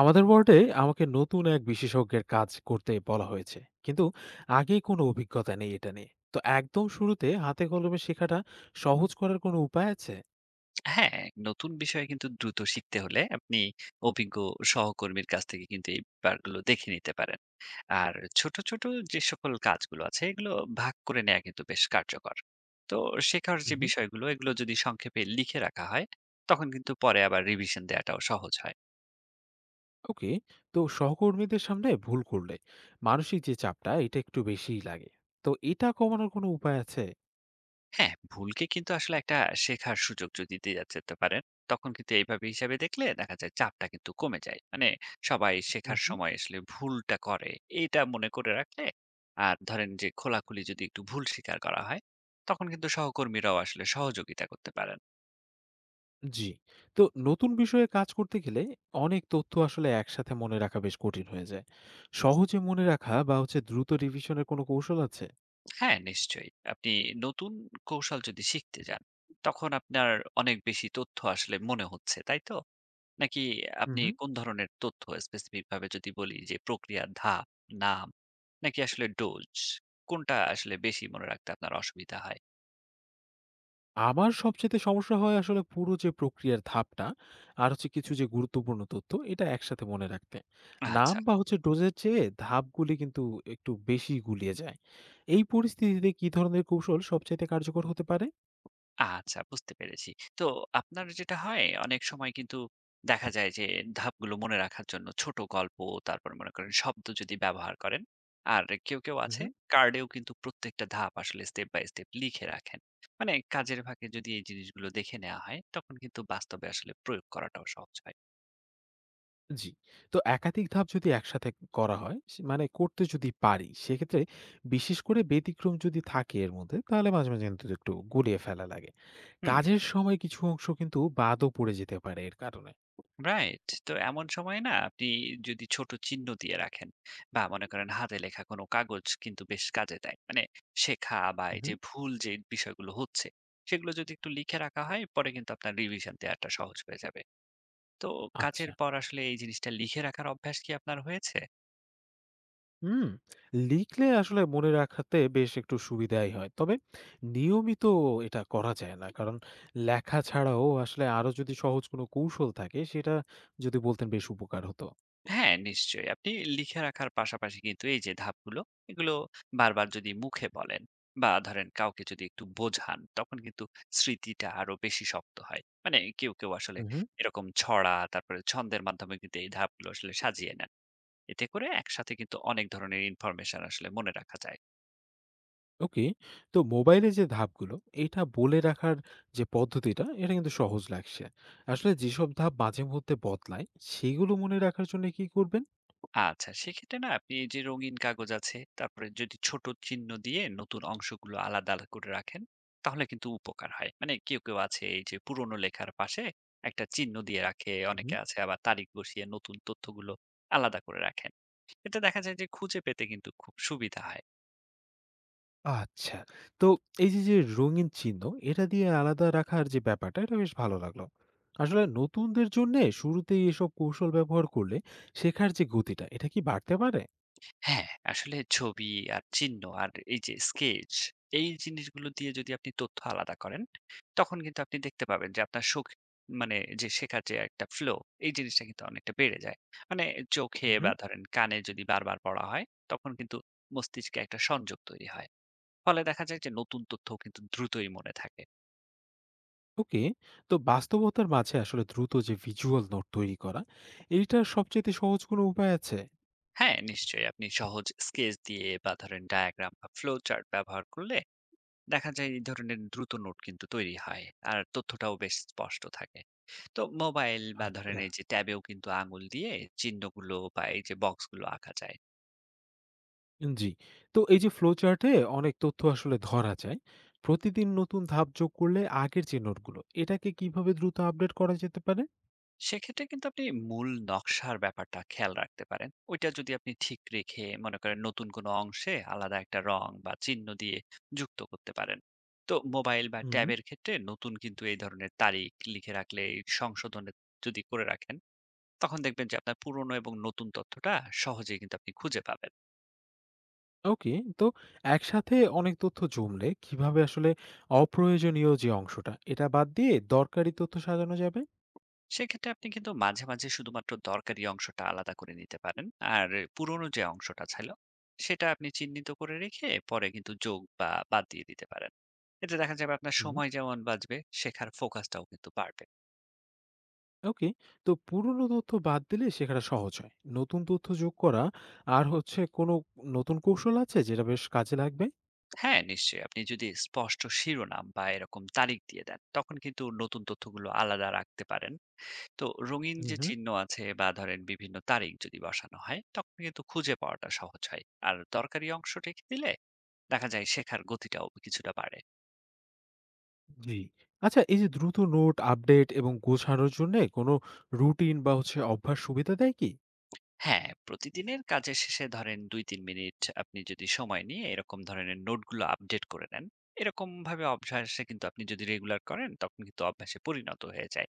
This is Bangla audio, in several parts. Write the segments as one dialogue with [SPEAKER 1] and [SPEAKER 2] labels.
[SPEAKER 1] আমাদের ওয়ার্ডে আমাকে নতুন এক বিশেষজ্ঞের কাজ করতে বলা হয়েছে, কিন্তু আগে কোনো অভিজ্ঞতা নেই। এটা নিয়ে তো একদম শুরুতে হাতে কলমে শেখাটা সহজ করার কোনো উপায় আছে?
[SPEAKER 2] হ্যাঁ, নতুন বিষয়ে কিন্তু দ্রুত শিখতে হলে আপনি অভিজ্ঞ সহকর্মীর কাছ থেকে কিন্তু এই ব্যাপারগুলো দেখে নিতে পারেন। আর ছোট, ছোট যে সকল কাজগুলো আছে এগুলো ভাগ করে নেয়া কিন্তু বেশ কার্যকর। তো শেখার যে
[SPEAKER 1] মহম।
[SPEAKER 2] বিষয়গুলো এগুলো যদি সংক্ষেপে লিখে রাখা হয়, তখন কিন্তু পরে আবার রিভিশন দেয়াটাও সহজ হয়।
[SPEAKER 1] ওকে, তো সহকর্মীদের সামনে ভুল করলে মানসিক যে চাপটা এটা একটু বেশিই লাগে, তো এটা কমানোর কোনো উপায় আছে?
[SPEAKER 2] হ্যাঁ, ভুলকে কিন্তু আসলে একটা শেখার সুযোগ যদি দেয়া যেতে পারে, তখন কিন্তু এইভাবে হিসাবে দেখলে দেখা যায় চাপটা কিন্তু কমে যায়। মানে সবাই শেখার
[SPEAKER 1] মহম।
[SPEAKER 2] সময় আসলে ভুলটা করে, এইটা মনে করে রাখলে আর ধরেন যে খোলাখুলি যদি একটু ভুল স্বীকার করা হয়, তখন কিন্তু সহকর্মীরাও আসলে সহযোগিতা করতে পারেন।
[SPEAKER 1] জি, তো নতুন বিষয়ে কাজ করতে গেলে অনেক তথ্য আসলে একসাথে মনে রাখা বেশ কঠিন হয়ে যায়। সহজে মনে রাখা বা হচ্ছে দ্রুত রিভিশনের কোনো কৌশল আছে?
[SPEAKER 2] হ্যাঁ, নিশ্চয়ই। আপনি নতুন কৌশল যদি শিখতে যান, তখন আপনার অনেক বেশি তথ্য আসলে মনে হচ্ছে, তাই তো? নাকি আপনি কোন ধরনের তথ্য স্পেসিফিক ভাবে যদি বলি যে প্রক্রিয়ার ধাপ, নাম নাকি আসলে ডোজ কোনটা আসলে বেশি মনে রাখতে আপনার অসুবিধা হয়?
[SPEAKER 1] আমার সবচাইতে সমস্যা হয় আসলে পুরো যে প্রক্রিয়ার ধাপটা আর হচ্ছে কিছু যে গুরুত্বপূর্ণ তথ্য, এটা একসাথে মনে রাখতে। নাম
[SPEAKER 2] আচ্ছা,
[SPEAKER 1] বা হচ্ছে ডোজের চেয়ে ধাপগুলি কিন্তু একটু বেশি গুলিয়ে যায়। এই পরিস্থিতিতে কি ধরনের কৌশল সবচাইতে কার্যকর হতে পারে?
[SPEAKER 2] আচ্ছা বুঝতে পেরেছি। তো আপনার যেটা হয় অনেক সময় কিন্তু দেখা যায় যে ধাপগুলো মনে রাখার জন্য ছোট গল্প তারপর মনে করেন শব্দ যদি ব্যবহার করেন আর কেউ, কেউ আছে
[SPEAKER 1] হুম।
[SPEAKER 2] কার্ডেও কিন্তু প্রত্যেকটা ধাপ আসলে স্টেপ বাই স্টেপ লিখে রাখেন। মানে কাজের ফাঁকে যদি এই জিনিসগুলো দেখে নেওয়া হয় তখন কিন্তু বাস্তবে আসলে প্রয়োগ করাটাও সহজ হয়।
[SPEAKER 1] জি। তো একাধিক ধাপ যদি একসাথে করা হয়, সে মানে করতে যদি পারি, সেক্ষেত্রে বিশেষ করে ব্যতিক্রম যদি থাকে এর মধ্যে, তাহলে মাঝে, মাঝে কিন্তু একটু গুলিয়ে ফেলা লাগে।
[SPEAKER 2] হুম।
[SPEAKER 1] কাজের সময় কিছু অংশ কিন্তু বাদও পড়ে যেতে পারে এর কারণে।
[SPEAKER 2] রাইট। তো এমন সময় না আপনি যদি ছোট চিহ্ন দিয়ে রাখেন বা মনে করেন হাতে লেখা কোনো কাগজ কিন্তু বেশ কাজে দেয়। মানে শেখা বা এই যে
[SPEAKER 1] হুম।
[SPEAKER 2] ভুল যে বিষয়গুলো হচ্ছে সেগুলো যদি একটু লিখে রাখা হয় পরে কিন্তু আপনার রিভিশন দেওয়াটা সহজ হয়ে যাবে। তো কাজের
[SPEAKER 1] আচ্ছা।
[SPEAKER 2] পর আসলে এই জিনিসটা লিখে রাখার অভ্যাস কি আপনার হয়েছে?
[SPEAKER 1] হুম, লিখলে আসলে মনে রাখাতে বেশ একটু সুবিধাই হয়। তবে নিয়মিত এটা করা যায় না। কারণ লেখা ছাড়াও আসলে আরো যদি সহজ কোনো কৌশল থাকে, সেটা যদি বলতেন বেশ উপকার হতো।
[SPEAKER 2] হ্যাঁ, নিশ্চয়ই। আপনি লিখে রাখার পাশাপাশি কিন্তু এই যে ধাপগুলো, এগুলো বারবার যদি মুখে বলেন বা ধরেন কাউকে যদি একটু বোঝান, তখন কিন্তু স্মৃতিটা আরো বেশি শক্ত হয়। মানে কেউ, কেউ আসলে
[SPEAKER 1] উহু,
[SPEAKER 2] এরকম ছড়া, তারপরে ছন্দের মাধ্যমে কিন্তু এই ধাপগুলো আসলে সাজিয়ে নেন। এতে করে একসাথে কিন্তু অনেক ধরনের ইনফরমেশন আসলে মনে রাখা যায়।
[SPEAKER 1] ওকে। তো মোবাইলে যে ধাপগুলো এটা বলে রাখার যে পদ্ধতিটা, এটা কিন্তু সহজ লাগছে। আসলে যেসব ধাপ মাঝে মধ্যে বদলায় সেগুলো মনে রাখার জন্য কি করবেন?
[SPEAKER 2] আচ্ছা, সেক্ষেত্রে না আপনি এই যে রঙিন কাগজ আছে, তারপরে যদি ছোট চিহ্ন দিয়ে নতুন অংশগুলো আলাদা করে রাখেন, তাহলে কিন্তু উপকার হয়। মানে কেউ, কেউ আছে এই যে পুরোনো লেখার পাশে একটা চিহ্ন দিয়ে রাখে, অনেকে আছে আবার তারিখ বসিয়ে নতুন তথ্যগুলো আলাদা করে রাখেন। এটা দেখা যায় যে খুঁজে পেতে কিন্তু খুব সুবিধা হয়।
[SPEAKER 1] আচ্ছা। তো এই যে রঙিন চিহ্ন এটা দিয়ে আলাদা রাখার যে ব্যাপারটা, এটা বেশ ভালো লাগলো। আসলে নতুনদের জন্যে শুরুতেই এসব কৌশল ব্যবহার করলে শেখার যে গতিটা এটা কি বাড়তে পারে?
[SPEAKER 2] হ্যাঁ, আসলে ছবি আর চিহ্ন আর এই যে স্কেচ এই জিনিসগুলো দিয়ে যদি আপনি তথ্য আলাদা করেন, তখন কিন্তু আপনি দেখতে পাবেন যে আপনার সুখ মানে যে শেখার যে একটা ফ্লো এই জিনিসটা কিন্তু অনেকটা বেড়ে যায়। মানে চোখে
[SPEAKER 1] উহু।
[SPEAKER 2] বা ধরেন কানে যদি বারবার পড়া হয়, তখন কিন্তু মস্তিষ্কে একটা সংযোগ তৈরি হয়। ফলে দেখা যায় যে নতুন তথ্যও কিন্তু দ্রুতই মনে থাকে।
[SPEAKER 1] ওকে। তো বাস্তবতার মাঝে আসলে দ্রুত যে ভিজুয়াল নোট তৈরি করা, এইটার সবচাইতে সহজ কোনো উপায় আছে?
[SPEAKER 2] হ্যাঁ, নিশ্চয়ই আপনি সহজ স্কেচ দিয়ে বা ধরেন ডায়াগ্রাম বা ফ্লো চার্ট ব্যবহার করলে দেখা যায় এই ধরনের দ্রুত নোট কিন্তু তৈরি হয় আর তথ্যটাও বেশ স্পষ্ট থাকে তো মোবাইল বা ধরেন
[SPEAKER 1] আচ্ছা।
[SPEAKER 2] এই যে ট্যাবেও কিন্তু আঙুল দিয়ে চিহ্নগুলো বা এই যে বক্সগুলো আঁকা যায়।
[SPEAKER 1] জি। তো এই যে ফ্লো চার্টে অনেক তথ্য আসলে ধরা যায়। প্রতিদিন নতুন ধাপ যোগ করলে আগের যে নোটগুলো, এটাকে কিভাবে দ্রুত আপডেট করা যেতে পারে?
[SPEAKER 2] সেক্ষেত্রে কিন্তু আপনি মূল নকশার ব্যাপারটা খেয়াল রাখতে পারেন, ওইটা যদি আপনি ঠিক রেখে মনে করেন নতুন কোনো অংশে আলাদা একটা রং বা চিহ্ন দিয়ে যুক্ত করতে পারেন। তো মোবাইল বা
[SPEAKER 1] হুম।
[SPEAKER 2] ট্যাবের ক্ষেত্রে নতুন কিন্তু এই ধরনের তারিখ লিখে রাখলে এই সংশোধনের যদি করে রাখেন তখন দেখবেন যে আপনার পুরনো এবং নতুন তথ্যটা সহজেই কিন্তু আপনি খুঁজে পাবেন।
[SPEAKER 1] ওকে। তো একসাথে অনেক তথ্য জমলে কিভাবে আসলে অপ্রয়োজনীয় যে অংশটা এটা বাদ দিয়ে দরকারি তথ্য সাজানো যাবে?
[SPEAKER 2] সেক্ষেত্রে আপনি কিন্তু মাঝে, মাঝে শুধুমাত্র দরকারি অংশটা আলাদা করে নিতে পারেন। আর পুরনো যে অংশটা ছিল, সেটা আপনি চিহ্নিত করে রেখে পরে কিন্তু যোগ বা বাদ দিয়ে দিতে পারেন। এতে দেখা যাবে আপনার
[SPEAKER 1] হুম।
[SPEAKER 2] সময় যেমন বাঁচবে, শেখার ফোকাসটাও কিন্তু বাড়বে।
[SPEAKER 1] ওকে। তো পুরনো তথ্য বাদ দিলে শেখাটা সহজ হয়। নতুন তথ্য যোগ করা আর হচ্ছে কোনো নতুন কৌশল আছে যেটা বেশ কাজে লাগবে?
[SPEAKER 2] হ্যাঁ, নিশ্চয়ই আপনি যদি স্পষ্ট শিরোনাম বা এরকম তারিখ দিয়ে দেন, তখন কিন্তু নতুন তথ্যগুলো আলাদা রাখতে পারেন। তো রঙিন
[SPEAKER 1] হুম,
[SPEAKER 2] যে
[SPEAKER 1] হুম।
[SPEAKER 2] চিহ্ন আছে বা ধরেন বিভিন্ন তারিখ যদি বসানো হয়, তখন কিন্তু খুঁজে পাওয়াটা সহজ হয়। আর দরকারি অংশ রেখে দিলে দেখা যায় শেখার গতিটাও কিছুটা বাড়ে।
[SPEAKER 1] জি। আচ্ছা, এই যে দ্রুত নোট আপডেট এবং গোছানোর জন্য কোনো রুটিন বা হচ্ছে অভ্যাস সুবিধা দেয় কি?
[SPEAKER 2] হ্যাঁ, প্রতিদিনের কাজের শেষে ধরেন ২-৩ মিনিট আপনি যদি সময় নিয়ে এরকম ধরনের নোটগুলো আপডেট করে নেন, এরকম ভাবে অভ্যাসে কিন্তু আপনি যদি রেগুলার করেন তখন কিন্তু অভ্যাসে পরিণত হয়ে যায়।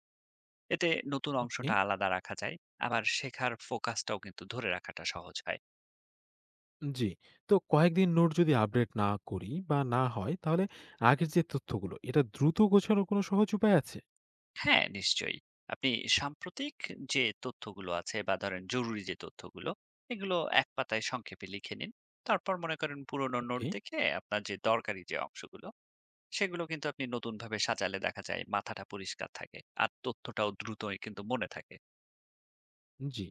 [SPEAKER 2] এতে নতুন
[SPEAKER 1] ওকে।
[SPEAKER 2] অংশটা আলাদা রাখা যায়, আবার শেখার ফোকাসটাও কিন্তু ধরে রাখাটা সহজ হয়।
[SPEAKER 1] জি। তো কয়েকদিন নোট যদি আপডেট না করি বা না হয়, তাহলে আগের যে তথ্যগুলো এটা দ্রুত গোছানোর কোনো সহজ উপায় আছে?
[SPEAKER 2] হ্যাঁ, নিশ্চয়ই। আপনি সাম্প্রতিক যে তথ্যগুলো আছে বা ধরেন জরুরি যে তথ্যগুলো, এগুলো এক পাতায় সংক্ষেপে লিখে নিন। তারপর মনে করেন পুরোনো নোট
[SPEAKER 1] ওকে।
[SPEAKER 2] দেখে আপনার যে দরকারি যে অংশগুলো সেগুলো কিন্তু আপনি নতুনভাবে সাজালে দেখা যায় মাথাটা পরিষ্কার থাকে আর তথ্যটাও দ্রুতই কিন্তু মনে থাকে।
[SPEAKER 1] জি।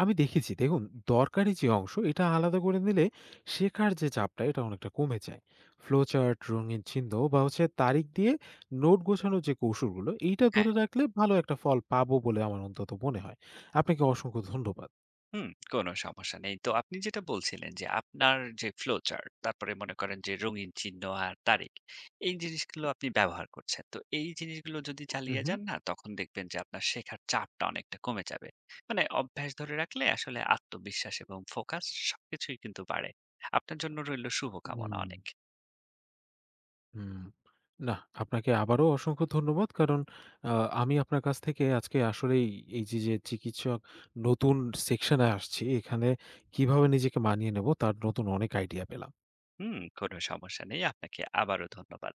[SPEAKER 1] আমি দেখেছি, দেখুন, দরকারি যে অংশ এটা আলাদা করে নিলে শেখার যে চাপটা এটা অনেকটা কমে যায়। ফ্লো চার্ট, রঙিন চিহ্ন বা হচ্ছে তারিখ দিয়ে নোট গোছানোর যে কৌশলগুলো, এইটা
[SPEAKER 2] হ্যাঁ।
[SPEAKER 1] ধরে রাখলে ভালো একটা ফল পাবো বলে আমার অন্তত মনে হয়। আপনাকে অসংখ্য ধন্যবাদ।
[SPEAKER 2] হুম। কোনো সমস্যা নেই, তো আপনি যেটা বলছিলেন যে আপনার যে ফ্লো চার্ট তারপরে মনে করেন যে রঙিন চিহ্ন আর তারিখ এই জিনিসগুলো আপনি ব্যবহার করছেন, তো এই জিনিসগুলো যদি
[SPEAKER 1] হুম,
[SPEAKER 2] চালিয়ে
[SPEAKER 1] হুম,
[SPEAKER 2] যান না তখন দেখবেন যে আপনার শেখার চাপটা অনেকটা কমে যাবে। মানে অভ্যাস ধরে রাখলে আসলে আত্মবিশ্বাস এবং ফোকাস সবকিছুই কিন্তু বাড়ে। আপনার জন্য রইল শুভকামনা
[SPEAKER 1] হুম।
[SPEAKER 2] অনেক।
[SPEAKER 1] হুম। নাহ, আপনাকে আবারও অসংখ্য ধন্যবাদ। কারণ আ আমি আপনার কাছ থেকে আজকে আসলেই এই যে, চিকিৎসক নতুন সেকশন এ আসছি, এখানে কিভাবে নিজেকে মানিয়ে নেব তার নতুন অনেক আইডিয়া পেলাম।
[SPEAKER 2] হুম। কোনো সমস্যা নেই, আপনাকে আবারও ধন্যবাদ।